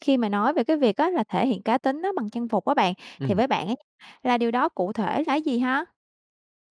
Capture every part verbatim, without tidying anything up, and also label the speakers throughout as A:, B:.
A: Khi mà nói về cái việc á là thể hiện cá tính á bằng trang phục á bạn, thì
B: Ừm,
A: với bạn á là điều đó cụ thể là cái gì ha?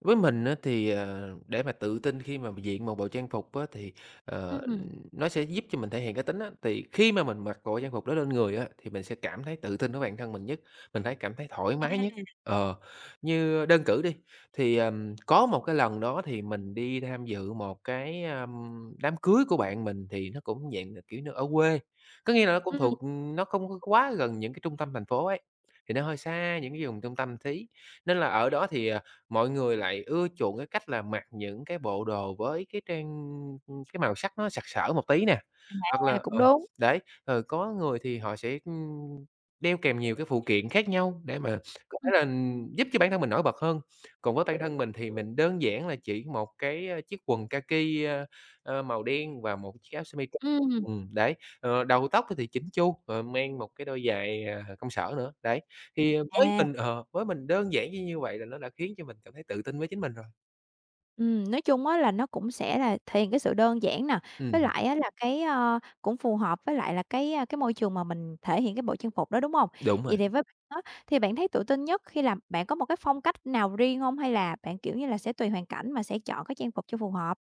B: với mình á thì, ờ, để mà tự tin khi mà diện một bộ trang phục á thì, ờ,
A: Ừm,
B: nó sẽ giúp cho mình thể hiện cá tính á, thì khi mà mình mặc bộ trang phục đó lên người á thì mình sẽ cảm thấy tự tin với bản thân mình nhất, mình thấy cảm thấy thoải mái nhất. Ờ, như đơn cử đi, thì, ờm, có một cái lần đó thì mình đi tham dự một cái, ờm, đám cưới của bạn mình thì nó cũng dạng là, kiểu như, ở quê, có nghĩa là nó cũng
A: ừm,
B: thuộc nó không có quá gần những cái trung tâm thành phố ấy, thì nó hơi xa những cái vùng trung tâm tí. Nên là ở đó thì, ờ mọi người lại ưa chuộng cái cách là mặc những cái bộ đồ với cái trang cái màu sắc nó sặc sỡ một tí nè, hoặc là
A: à, cũng
B: ờ,
A: đúng.
B: đấy, ờ, có người thì họ sẽ, ưm, đeo kèm nhiều cái phụ kiện khác nhau để mà có thể
A: Ừm,
B: là giúp cho bản thân mình nổi bật hơn. Còn với bản thân mình thì mình đơn giản là chỉ một cái, ơ, chiếc quần kaki, ơ, ơ, màu đen và một chiếc áo sơ mi
A: ừm.
B: ừm, đấy, ờ, đầu tóc thì chỉn chu, ờ, mang một cái đôi giày, à, công sở nữa, đấy. Thì, ờ, với
A: À,
B: mình ờ, với mình đơn giản chỉ như vậy là nó đã khiến cho mình cảm thấy tự tin với chính mình rồi.
A: ừm, nói chung á là nó cũng sẽ là thể hiện cái sự đơn giản nè, với
B: Ừm,
A: lại á là cái, ơ, cũng phù hợp với lại là cái, a, cái môi trường mà mình thể hiện cái bộ trang phục đó, đúng không?
B: đúng rồi.
A: Vậy thì với bạn á, thì bạn thấy tự tin nhất khi làm bạn có một cái phong cách nào riêng không? Hay là bạn, kiểu như là, sẽ tùy hoàn cảnh mà sẽ chọn cái trang phục cho phù hợp?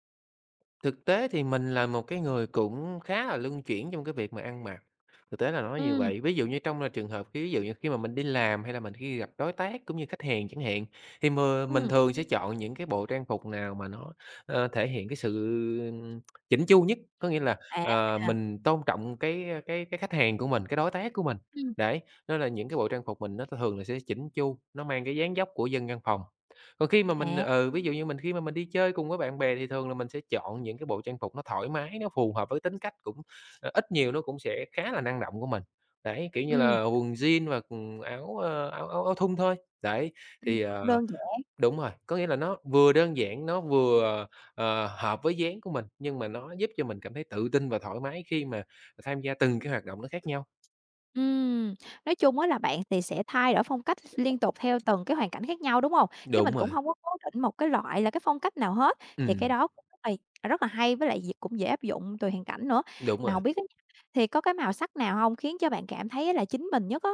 B: Thực tế thì mình là một cái người cũng khá là luân chuyển trong cái việc mà ăn mặc, thực tế là nói như
A: Ừm,
B: vậy. Ví dụ như trong là trường hợp khi ví dụ như khi mà mình đi làm hay là mình khi gặp đối tác cũng như khách hàng chẳng hạn, thì m mình
A: ừm.
B: thường sẽ chọn những cái bộ trang phục nào mà nó, ờ, thể hiện cái sự chỉnh chu nhất, có nghĩa là,
A: À,
B: ờ,
A: à.
B: mình tôn trọng cái, ờ, cái cái khách hàng của mình, cái đối tác của mình.
A: Ừm.
B: Đấy, nên là những cái bộ trang phục mình nó thường là sẽ chỉnh chu, nó mang cái dáng dấp của dân văn phòng. Còn khi mà mình
A: À.
B: ừ, ví dụ như mình khi mà mình đi chơi cùng với bạn bè thì thường là mình sẽ chọn những cái bộ trang phục nó thoải mái, nó phù hợp với tính cách cũng ờ, ít nhiều nó cũng sẽ khá là năng động của mình. Đấy, kiểu như
A: Ừm.
B: là, quần jean và, quần áo, ơ, áo áo áo thun thôi. Đấy,
A: Ừm,
B: thì,
A: cũng
B: ờ
A: đơn giản.
B: đúng rồi, có nghĩa là nó vừa đơn giản, nó vừa, ờ, hợp với dáng của mình, nhưng mà nó giúp cho mình cảm thấy tự tin và thoải mái khi mà tham gia từng cái hoạt động nó khác nhau.
A: Ừm, nói chung á là bạn thì sẽ thay đổi phong cách liên tục theo từng cái hoàn cảnh khác nhau, đúng hông? Chứ
B: Đúng
A: mình cũng
B: rồi,
A: hông có cố định một cái loại là cái phong cách nào hết, thì cái
B: ừm,
A: đó cũng rất là à, rất là hay với lại d cũng dễ áp dụng tùy hoàn cảnh nữa.
B: đúng
A: Mà
B: rồi.
A: hổng biết á nha, thì có cái màu sắc nào hông khiến cho bạn cảm thấy á là chính mình nhất á?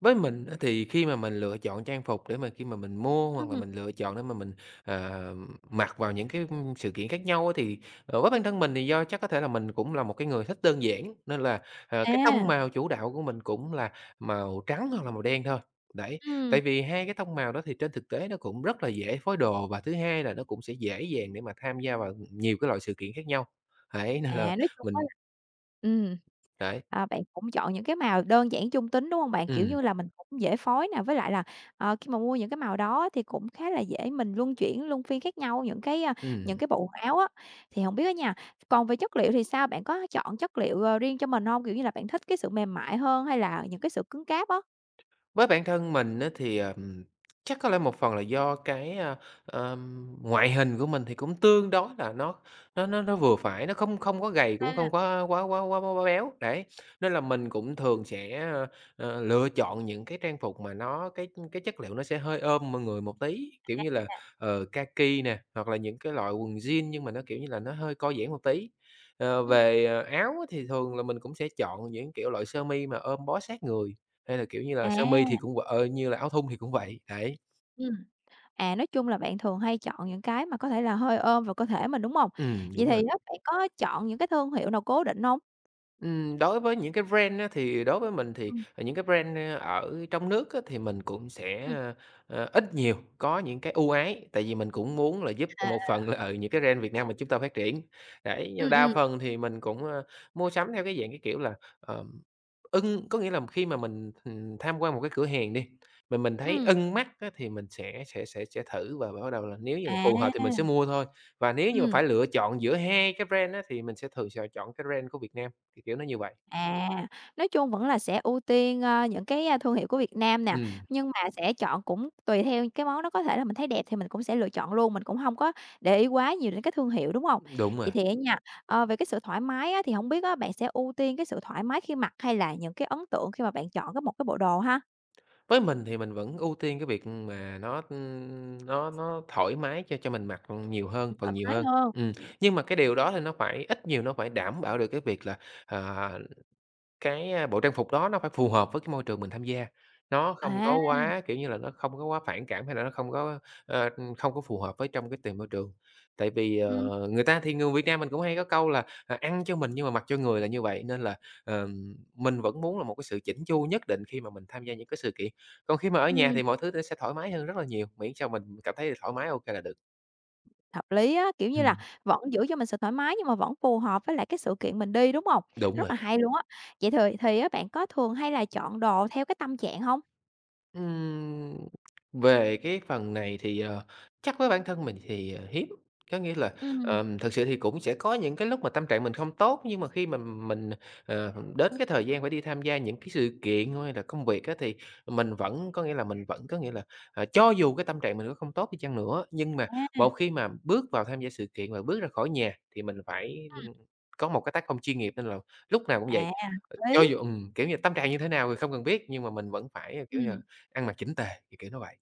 B: Với mình á thì khi mà mình lựa chọn trang phục để mà khi mà mình mua hoặc là
A: Ừm,
B: mình lựa chọn để mà mình, ờ, mặc vào những cái, sự kiện khác nhau á, thì, ờ, với bản thân mình thì do chắc có thể là mình cũng là một cái người thích đơn giản, nên là, ờ, cái
A: à,
B: tông màu chủ đạo của mình cũng là màu trắng hoặc là màu đen thôi. Đấy,
A: ừm,
B: tại vì hai cái tông màu đó thì trên thực tế nó cũng rất là dễ phối đồ và thứ hai là nó cũng sẽ dễ dàng để mà tham gia vào nhiều cái loại sự kiện khác nhau. Đấy, nên là
A: à, nói chung á
B: mình
A: là ừm.
B: đấy,
A: À, bạn cũng chọn những cái màu đơn giản trung tính, đúng hông bạn? Kiểu
B: ừm,
A: như là, mình cũng dễ phối nè, với lại là, ờ, khi mà mua những cái màu đó thì cũng khá là dễ mình luân chuyển, luân phiên khác nhau những cái, a, những
B: ừm.
A: cái bộ quần áo á. Thì hổng biết á nha, còn về chất liệu thì sao? Bạn có chọn chất liệu, ờ, riêng cho mình hông? Kiểu như là, bạn thích cái sự mềm mại hơn hay là những cái sự cứng cáp á?
B: Với bản thân mình á thì, ờm, chắc có lẽ một phần là do cái, a, ờm, ngoại hình của mình thì cũng tương đối là nó nó nó nó vừa phải, nó không không có gầy cũng
A: À,
B: không có quá quá quá quá béo, đấy. Nên là mình cũng thường sẽ, ờ, lựa chọn những cái trang phục mà nó cái cái chất liệu nó sẽ hơi ôm mọi người một tí, kiểu như là,
A: à,
B: ờ, kaki nè, hoặc là những cái loại quần jean nhưng mà nó, kiểu như là, nó hơi co giãn một tí. Ờ,
A: ừm.
B: về, ờ, áo á thì thường là mình cũng sẽ chọn những, kiểu, loại sơ mi mà ôm bó sát người. Hay là, kiểu như là, sơ mi thì
A: À,
B: cũng v ờ, như là áo thun thì cũng vậy, đấy.
A: ừm, à, nói chung là bạn thường hay chọn những cái mà có thể là hơi ôm vào cơ thể mình, đúng hông?
B: Ừm,
A: Vậy
B: đúng rồi.
A: thì á, bạn có chọn những cái thương hiệu nào cố định hông?
B: Ừm, đối với những cái brand á, thì đối với mình thì,
A: Ừm,
B: ờ, những cái brand, ơ, ở trong nước á, thì mình cũng sẽ,
A: ừm,
B: ờ, ờ, ít nhiều có những cái ưu ái, tại vì mình cũng muốn là giúp cho
A: à.
B: một phần là, ở những cái brand Việt Nam mà chúng ta phát triển. Đấy, nhưng
A: Ừm,
B: đa
A: ừm,
B: phần thì mình cũng, ơ, mua sắm theo cái dạng, cái kiểu là, ờm, ưng có nghĩa là khi mà mình, ừm, tham quan một cái cửa hàng đi, mà mình thấy
A: ừm.
B: ưng mắt á, thì mình sẽ sẽ sẽ sẽ thử và bắt đầu là nếu như mà phù hợp thì mình sẽ
A: À,
B: mua thôi. Và nếu như mà
A: ừm.
B: phải lựa chọn giữa hai cái brand á, thì mình sẽ thường sẽ chọn cái brand của Việt Nam. Kiểu, kiểu, nó như vậy.
A: À, nói chung vẫn là sẽ ưu tiên, ơ, những cái, a, thương hiệu của Việt Nam nè,
B: Ừm,
A: nhưng mà sẽ chọn cũng tùy theo cái món đó có thể là mình thấy đẹp thì mình cũng sẽ lựa chọn luôn, mình cũng hông có để ý quá nhiều đến cái thương hiệu, đúng hông?
B: đúng rồi.
A: Vậy thì á nha, ờ, về cái sự thoải mái á, thì hổng biết á, bạn sẽ ưu tiên cái sự thoải mái khi mặc hay là những cái ấn tượng khi mà bạn chọn cái một cái bộ đồ ha?
B: Với mình thì mình vẫn ưu tiên cái việc mà nó, ưm, nó nó thoải mái cho cho mình mặc nhiều hơn,
A: Ừm,
B: phần
A: Thoải
B: nhiều
A: mái
B: hơn.
A: hơn,
B: Ừm, nhưng mà cái điều đó thì nó phải ít nhiều nó phải đảm bảo được cái việc là, à cái, a, bộ trang phục đó nó phải phù hợp với cái môi trường mình tham gia, nó không có
A: à,
B: quá, kiểu như là, nó không có quá phản cảm hay là nó không có, ờ, ừm, không có phù hợp với trong cái tìm môi trường. Tại vì,
A: ừm,
B: ờ, người ta thì người Việt Nam mình cũng hay có câu là, à, "Ăn cho mình nhưng mà mặc cho người" là như vậy, nên là, ờm, mình vẫn muốn là một cái sự chỉn chu nhất định khi mà mình tham gia những cái sự kiện. Còn khi mà ở nhà
A: ừm.
B: thì mọi thứ nó sẽ thoải mái hơn rất là nhiều, miễn sao mình cảm thấy thoải mái, ô kê là được.
A: Hợp lý á, kiểu như là,
B: Ừm,
A: vẫn giữ cho mình sự thoải mái nhưng mà vẫn phù hợp với lại cái sự kiện mình đi, đúng hông?
B: đúng rồi.
A: Rất là hay luôn á. Vậy thì thì á, bạn có thường hay là chọn đồ theo cái tâm trạng hông?
B: Ừm, về cái phần này thì, ờ, chắc với bản thân mình thì, ờ, hiếm. Có nghĩa là,
A: Ừm,
B: ờm, thực sự thì cũng sẽ có những cái lúc mà tâm trạng mình không tốt, nhưng mà khi mà mình, ờ, đến cái thời gian phải đi tham gia những cái sự kiện hay là công việc á, thì mình vẫn có nghĩa là mình vẫn có nghĩa là, ờ, cho dù cái tâm trạng mình có không tốt đi chăng nữa, nhưng mà
A: à,
B: một khi mà bước vào tham gia sự kiện và bước ra khỏi nhà thì mình phải, có một cái tác phong chuyên nghiệp, nên là lúc nào cũng
A: à,
B: vậy. Ờ,
A: hợp
B: cho
A: lý.
B: dù ừm, kiểu như, tâm trạng như thế nào thì không cần biết, nhưng mà mình vẫn phải, kiểu như
A: Ừm,
B: ăn mặc chỉnh tề, kiểu, kiểu nó vậy.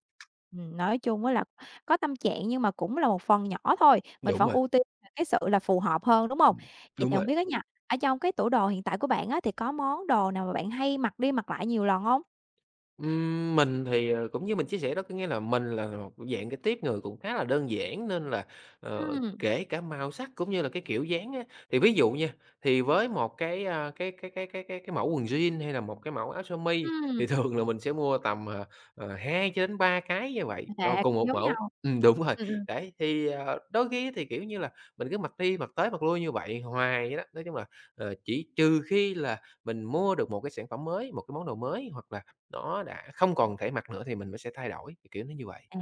A: ừm, nói chung á là có tâm trạng nhưng mà cũng là một phần nhỏ thôi, mình
B: Đúng
A: vẫn
B: rồi,
A: ưu tiên là cái sự là phù hợp hơn, đúng hông?
B: ừm,
A: Vậy
B: đúng
A: thì
B: rồi.
A: hông biết á nha, ở trong cái tủ đồ hiện tại của bạn á, thì có món đồ nào mà bạn hay mặc đi mặc lại nhiều lần hông?
B: Ừm, mình thì, ờ, cũng như mình chia sẻ đó, có nghĩa là mình là một dạng cái tiếp người cũng khá là đơn giản nên là, ờ,
A: Ừm,
B: kể cả màu sắc cũng như là cái kiểu dáng á, thì ví dụ nha, thì với một cái, a, cái cái cái cái cái cái mẫu quần jean hay là một cái mẫu áo sơ mi
A: ừm,
B: thì thường là mình sẽ mua tầm, ờ, ờ, hai cho đến ba cái như vậy cho
A: à,
B: cùng
A: cũng
B: một
A: giống
B: mẫu.
A: nhau.
B: Ừm, đúng rồi,
A: Ừm, ừm.
B: đấy, thì, ờ, đôi khi thì, kiểu như là, mình cứ mặc đi mặc tới mặc lui như vậy hoài vậy đó. Nói chung là, ờ, chỉ trừ khi là mình mua được một cái sản phẩm mới, một cái món đồ mới hoặc là nó đã không còn thể mặc nữa thì mình mới sẽ thay đổi, kiểu kiểu nó như vậy.
A: À,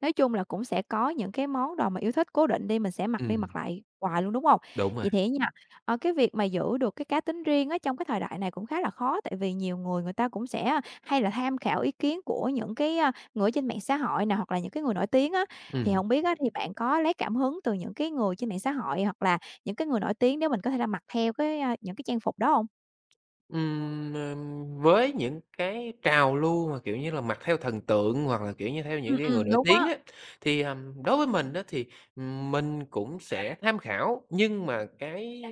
A: nói chung là cũng sẽ có những cái món đồ mà yêu thích cố định đi, mình sẽ mặc đi
B: Ừm,
A: mặc lại hoài luôn, đúng hông?
B: đúng rồi,
A: Vậy thì á nha, ờ, cái việc mà giữ được cái cá tính riêng á trong cái thời đại này cũng khá là khó, tại vì nhiều người người ta cũng sẽ hay là tham khảo ý kiến của những cái, a, người ở trên mạng xã hội nè, hoặc là những cái người nổi tiếng á. Thì
B: ừm.
A: hổng biết á thì bạn có lấy cảm hứng từ những cái người trên mạng xã hội hoặc là những cái người nổi tiếng để mình có thể là mặc theo cái, a, những cái trang phục đó hông?
B: Ừm, ừm, với những cái trào lưu mà, kiểu như là, mặc theo thần tượng hoặc là, kiểu như, theo
A: Ừm,
B: những cái
A: ừm,
B: người nổi
A: đúng
B: tiếng
A: á,
B: á, thì, ờm, đối với mình á thì, ừm, mình cũng sẽ tham khảo, nhưng mà cái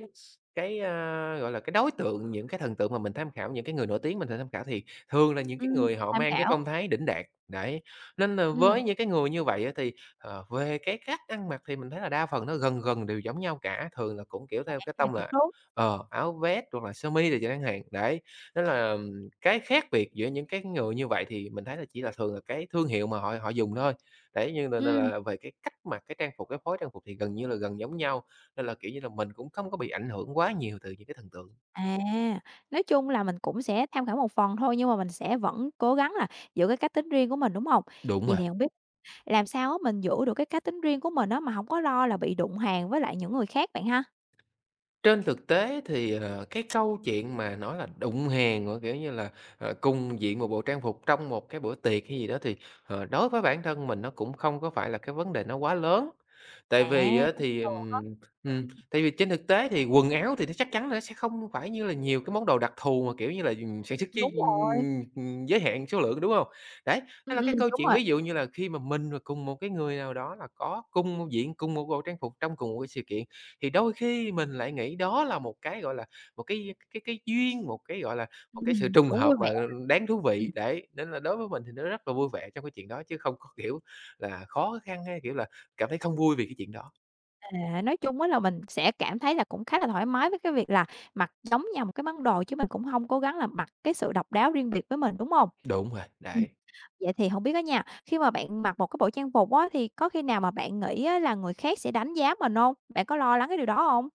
B: cái, a, gọi là, cái đối tượng những cái thần tượng mà mình tham khảo, những cái người nổi tiếng mình tham khảo thì thường là những cái
A: ừm,
B: người họ
A: tham
B: mang cái
A: khảo,
B: phong thái đỉnh đạt, đấy. Nên là
A: ừm,
B: với những cái người như vậy á thì, ờ, về cái cách ăn mặc thì mình thấy là đa phần nó gần gần đều giống nhau cả, thường là cũng, kiểu, theo cái
A: à,
B: tông
A: cũng
B: là
A: đúng,
B: Ờ, áo vest hoặc là sơ mi đồ chẳng hạn, đấy. Nên là ừm, cái khác biệt giữa những cái người như vậy thì mình thấy là chỉ là thường là cái thương hiệu mà họ họ dùng thôi. Đấy, nhưng nên nên
A: ừm.
B: là về cái cách mặc cái trang phục, cái phối trang phục thì gần như là gần giống nhau, nên là, kiểu như là, mình cũng không có bị ảnh hưởng quá nhiều từ những cái thần tượng.
A: À, nói chung là mình cũng sẽ tham khảo một phần thôi, nhưng mà mình sẽ vẫn cố gắng là giữ cái cách tính riêng của mình, đúng hông?
B: Đúng
A: Vậy
B: rồi.
A: thì hông biết làm sao á mình giữ được cái cá tính riêng của mình á, mà hổng có lo là bị đụng hàng với lại những người khác bạn ha?
B: Trên thực tế thì, ờ, cái câu chuyện mà nói là đụng hàng, rồi, kiểu như là, ờ, cùng diện một bộ trang phục trong một cái bữa tiệc hay gì đó thì, ờ, đối với bản thân mình nó cũng không có phải là cái vấn đề nó quá lớn. Tại
A: À,
B: vì á
A: cũng
B: thì,
A: được.
B: ừm, ừm,
A: Ừm,
B: tại vì trên thực tế thì quần áo thì nó chắc chắn là nó sẽ không phải như là nhiều cái món đồ đặc thù mà, kiểu như là, ừm, sản xuất với,
A: đúng rồi.
B: ừm, giới hạn số lượng, đúng không? Đấy, đó
A: Ừm,
B: là cái
A: ừm,
B: câu
A: đúng
B: chuyện
A: rồi.
B: ví dụ như là khi mà mình và cùng một cái người nào đó là có cùng một diện cùng một bộ trang phục trong cùng một cái sự kiện thì đôi khi mình lại nghĩ đó là một cái, gọi là, một cái cái cái duyên, một cái, gọi là, một cái sự
A: Ừm,
B: trùng
A: cũng
B: hợp
A: vui
B: mà
A: vẻ.
B: ừ, đáng thú
A: Ừm,
B: vị, đấy, nên là đối với mình thì nó rất là vui vẻ trong cái chuyện đó chứ không có, kiểu là, khó khăn hay, kiểu là, cảm thấy không vui vì cái chuyện đó.
A: à, nói chung á là mình sẽ cảm thấy là cũng khá là thoải mái với cái việc là mặc giống nhau một cái món đồ chứ mình cũng hông cố gắng là mặc cái sự độc đáo riêng biệt với mình, đúng hông?
B: Đúng rồi,
A: Ừm.
B: đấy.
A: Vậy thì hổng biết á nha, khi mà bạn mặc một cái bộ trang phục á, thì có khi nào mà bạn nghĩ á là người khác sẽ đánh giá mình hông? Bạn có lo lắng cái điều đó hông?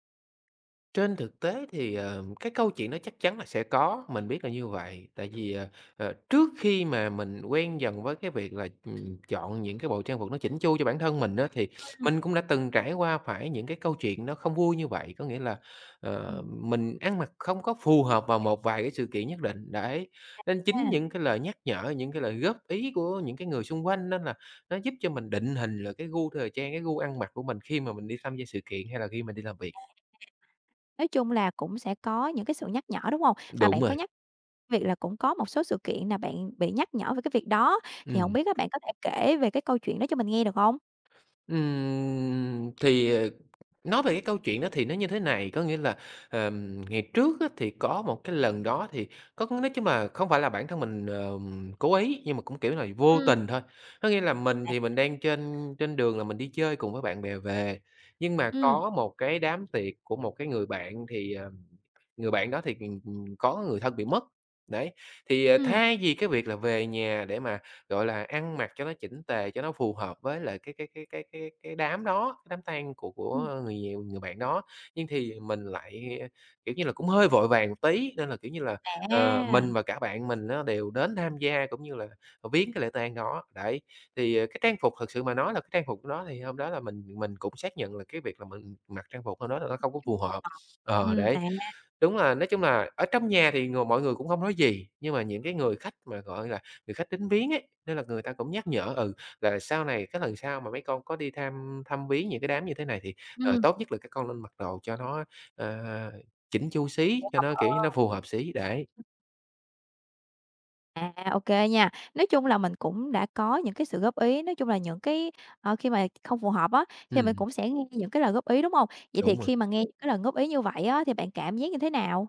B: Trên thực tế thì, ờ, cái câu chuyện đó chắc chắn là sẽ có, mình biết là như vậy. Tại vì, ờ, ờ, trước khi mà mình quen dần với cái việc là, ừm, chọn những cái bộ trang phục nó chỉnh chu cho bản thân mình đó thì mình cũng đã từng trải qua phải những cái câu chuyện nó không vui như vậy. Có nghĩa là, ờ,
A: Ừm.
B: mình ăn mặc không có phù hợp vào một vài cái sự kiện nhất định, đấy. Nên chính
A: À,
B: những cái lời nhắc nhở, những cái lời góp ý của những cái người xung quanh nên là nó giúp cho mình định hình là cái gu thời trang, cái gu ăn mặc của mình khi mà mình đi tham gia sự kiện hay là khi mình đi làm việc.
A: nói chung là cũng sẽ có những cái sự nhắc nhở, đúng hông? Mà
B: Đúng
A: bạn có
B: rồi.
A: nhắc việc là cũng có một số sự kiện là bạn bị nhắc nhở về cái việc đó, thì hổng
B: Ừm,
A: biết á bạn có thể kể về cái câu chuyện đó cho mình nghe được hông?
B: ừm, thì, ờ, nói về cái câu chuyện đó thì nó như thế này, có nghĩa là, ờm, ngày trước á thì có một cái lần đó thì có nói chung là không phải là bản thân mình, ờm, cố ý, nhưng mà cũng, kiểu là, vô
A: Ừm,
B: tình thôi. Có nghĩa là mình thì mình đang trên trên đường là mình đi chơi cùng với bạn bè về, nhưng mà
A: ừm,
B: có một cái đám tiệc của một cái người bạn thì, ờm, người bạn đó thì, ừm, ừm, có người thân bị mất. Đấy, thì, ờ,
A: Ừm.
B: thay vì cái việc là về nhà để mà gọi là, ăn mặc cho nó chỉnh tề, cho nó phù hợp với lại cái cái cái cái cái cái đám đó, cái đám tang của
A: Ừm.
B: của người nhiều người bạn đó. Nhưng thì mình lại, kiểu như là, cũng hơi vội vàng một tí, nên là, kiểu như là, ờ,
A: À.
B: mình và cả bạn mình nó đều đến tham gia cũng như là, ờ, viếng cái lễ tang đó. Đấy, thì, ờ, cái trang phục thực sự mà nói là cái trang phục đó thì hôm đó là mình mình cũng xác nhận là cái việc là mình mặc trang phục hôm đó là nó không có phù hợp. Ờ,
A: Ừm,
B: đấy.
A: à,
B: Đúng là nói chung là ở trong nhà thì người mọi người cũng không nói gì, nhưng mà những cái người khách mà, gọi là, người khách đến viếng ấy, nên là người ta cũng nhắc nhở, ừ, là sau này cái lần sau mà mấy con có đi thăm thăm viếng những cái đám như thế này thì, ờ,
A: ừm.
B: tốt nhất là các con nên mặc đồ cho nó, ờ, chỉn chu xí, cho nó, kiểu như, nó
A: Ờ.
B: phù hợp xí, để
A: À, ô nha. Nói chung là mình cũng đã có những cái sự góp ý, nói chung là những cái, ờ, khi mà không phù hợp á, thì mình
B: Ừm,
A: cũng sẽ nghe những cái lời góp ý, đúng không? Vậy thì
B: đúng rồi.
A: khi mà nghe những cái lời góp ý như vậy á, thì bạn cảm giác như thế nào?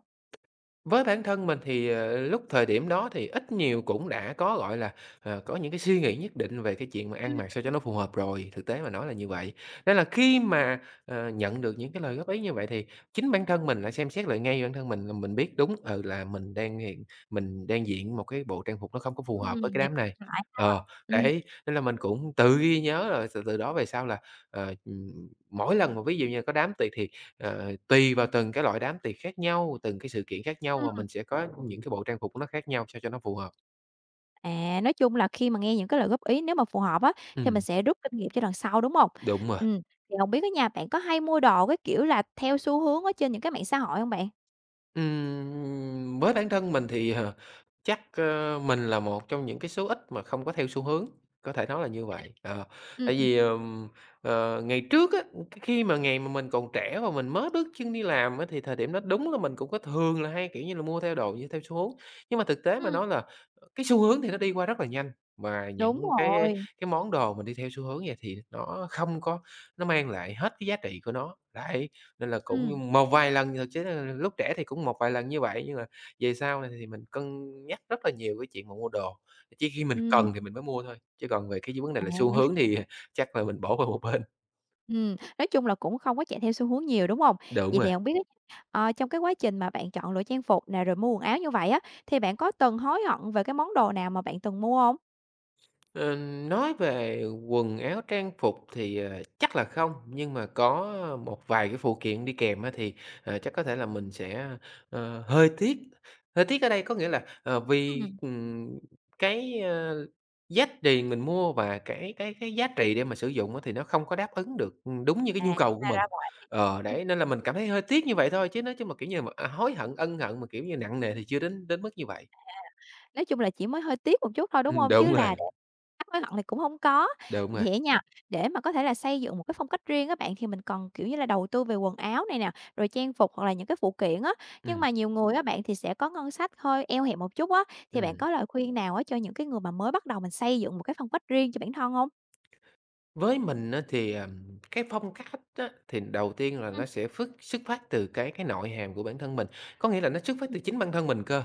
B: Với bản thân mình thì, ờ, lúc thời điểm đó thì ít nhiều cũng đã có, gọi là, ờ, có những cái suy nghĩ nhất định về cái chuyện mà ăn
A: Ừm,
B: mặc sao cho nó phù hợp rồi, thực tế mà nói là như vậy. Nên là khi mà, ờ, nhận được những cái lời góp ý như vậy thì chính bản thân mình lại xem xét lại ngay bản thân mình là mình biết đúng, ừ, là mình đang hiện mình đang diện một cái bộ trang phục nó không có phù
A: ừm,
B: hợp với
A: nhìn
B: cái
A: nhận
B: đám này.
A: lại ha.
B: Ờ,
A: Ừm.
B: đấy, nên là mình cũng tự ghi nhớ rồi từ từ đó về sau là, ờ, ừm, mỗi lần mà ví dụ như có đám tiệc thì Ờ, tùy vào từng cái loại đám tiệc khác nhau, từng cái sự kiện khác nhau
A: Ừm.
B: và mình sẽ có những cái bộ trang phục của nó khác nhau sao cho nó phù hợp.
A: À, nói chung là khi mà nghe những cái lời góp ý nếu mà phù hợp á, thì mình
B: Ừm,
A: sẽ rút kinh nghiệm cho lần sau, đúng không?
B: đúng rồi.
A: Ừm, thì không biết á nhà bạn có hay mua đồ cái kiểu là theo xu hướng ở trên những cái mạng xã hội không bạn?
B: Ừm, với bản thân mình thì, ờ, chắc, ơ, mình là một trong những cái số ít mà không có theo xu hướng, có thể nói là như vậy. Ờ,
A: Ừm,
B: tại
A: ừm.
B: vì, ờm, ờ, ngày trước á, cái khi mà ngày mà mình còn trẻ và mình mới bước chân đi làm á, thì thời điểm đó đúng là mình cũng có thường là hay, kiểu như là, mua theo đồ như theo xu hướng. Nhưng mà thực tế mà
A: Ừm,
B: nói là cái xu hướng thì nó đi qua rất là nhanh, và những
A: đúng
B: cái
A: rồi.
B: cái món đồ mình đi theo xu hướng vậy thì nó không có nó mang lại hết cái giá trị của nó, đấy. Nên là
A: Ừm,
B: cũng một vài lần thực chế là lúc trẻ thì cũng một vài lần như vậy, nhưng mà về sau này thì mình cân nhắc rất là nhiều cái chuyện mà mua đồ, chỉ khi mình
A: ừm,
B: cần thì mình mới mua thôi, chứ còn về cái vấn đề là xu
A: à.
B: hướng thì chắc là mình bỏ qua một bên.
A: Ừm, nói chung là cũng không có chạy theo xu hướng nhiều, đúng hông?
B: Đúng
A: Vậy
B: rồi.
A: thì hổng biết á, ờ, trong cái quá trình mà bạn chọn lựa trang phục nè, rồi mua quần áo như vậy á, thì bạn có từng hối hận về cái món đồ nào mà bạn từng mua hông?
B: Ờ, nói về quần áo trang phục thì, ờ, chắc là không, nhưng mà có một vài cái phụ kiện đi kèm á thì, ờ, chắc có thể là mình sẽ, ờ, hơi tiếc. Hơi tiếc ở đây có nghĩa là, ờ, vì,
A: Ừm.
B: ừm, cái, ơ, giá tiền mình mua và cái cái cái giá trị để mà sử dụng á thì nó không có đáp ứng được, đúng như cái
A: À,
B: nhu cầu của
A: ra
B: mình.
A: là vậy.
B: Ờ, đấy, nên là mình cảm thấy hơi tiếc như vậy thôi chứ nói chứ mà, kiểu như mà, à, hối hận, ân hận mà, kiểu như, nặng nề thì chưa đến đến mức như vậy.
A: Nói chung là chỉ mới hơi tiếc một chút thôi, đúng
B: Ừm,
A: hông? Chứ
B: đúng
A: là
B: rồi,
A: để thắc hối hận thì cũng hông có.
B: đúng
A: Vậy
B: rồi.
A: thì á nha, để mà có thể là xây dựng một cái phong cách riêng á bạn, thì mình cần, kiểu như là, đầu tư về quần áo này nè, rồi trang phục hoặc là những cái phụ kiện á. Nhưng
B: Ừm,
A: mà nhiều người á bạn thì sẽ có ngân sách hơi eo hẹp một chút á, thì bạn
B: ừm.
A: có lời khuyên nào á cho những cái người mà mới bắt đầu mình xây dựng một cái phong cách riêng cho bản thân hông?
B: Với mình á thì, ờm, cái phong cách á, thì đầu tiên là
A: Ừm,
B: nó sẽ phứt xuất phát từ cái cái nội hàm của bản thân mình, có nghĩa là nó xuất phát
A: ừm,
B: từ chính bản thân mình cơ.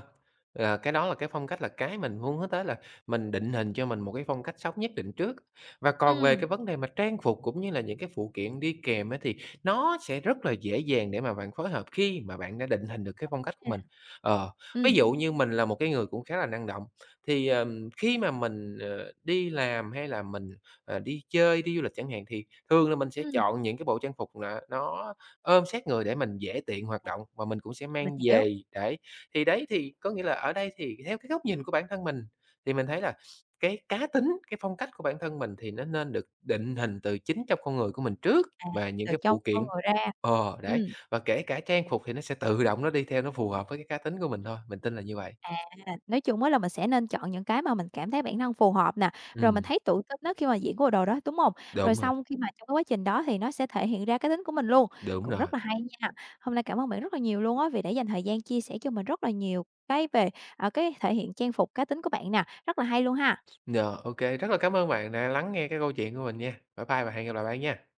B: Ờ, cái đó là cái phong cách là cái mình muốn hướng tới là mình định hình cho mình một cái phong cách sống nhất định trước. Và còn về
A: ừm,
B: cái vấn đề mà trang phục cũng như là những cái phụ kiện đi kèm á, thì nó sẽ rất là dễ dàng để mà bạn phối hợp khi mà bạn đã định hình được cái phong cách của mình.
A: à,
B: Ờ, ví
A: ừm,
B: dụ như mình là một cái người cũng khá là năng động, thì, ờm, khi mà mình, ờ, đi làm hay là mình ờ, đi chơi, đi du lịch chẳng hạn, thì thường là mình sẽ
A: ừm,
B: chọn những cái bộ trang phục là nó ôm sát người để mình dễ tiện hoạt động và mình cũng sẽ
A: mình
B: mang
A: hiểu,
B: về, đấy. Thì đấy, thì có nghĩa là ở đây thì theo cái góc nhìn của bản thân mình, thì mình thấy là cái cá tính, cái phong cách của bản thân mình thì nó nên được định hình từ chính trong con người của mình trước và những
A: từ
B: cái
A: trong
B: phụ
A: con
B: kiện
A: người ra.
B: ờ,
A: Ừm.
B: đấy, và kể cả trang phục thì nó sẽ tự động nó đi theo, nó phù hợp với cái cá tính của mình thôi, mình tin là như vậy.
A: À, nói chung á là mình sẽ nên chọn những cái mà mình cảm thấy bản thân phù hợp nè, rồi mình
B: Ừm,
A: thấy tự tin á khi mà diễn cái bộ đồ đó, đúng hông?
B: đúng
A: Rồi
B: rồi,
A: xong khi mà trong cái quá trình đó thì nó sẽ thể hiện ra cái tính của mình luôn,
B: đúng
A: cũng
B: rồi.
A: rất là hay nha. Hôm nay cảm ơn bạn rất là nhiều luôn á vì đã dành thời gian chia sẻ cho mình rất là nhiều cái về, à, cái thể hiện trang phục cá tính của bạn nè, rất là hay luôn ha.
B: Dạ, OK, rất là cảm ơn bạn đã lắng nghe cái câu chuyện của mình nha. Bye bye và hẹn gặp lại bạn nha.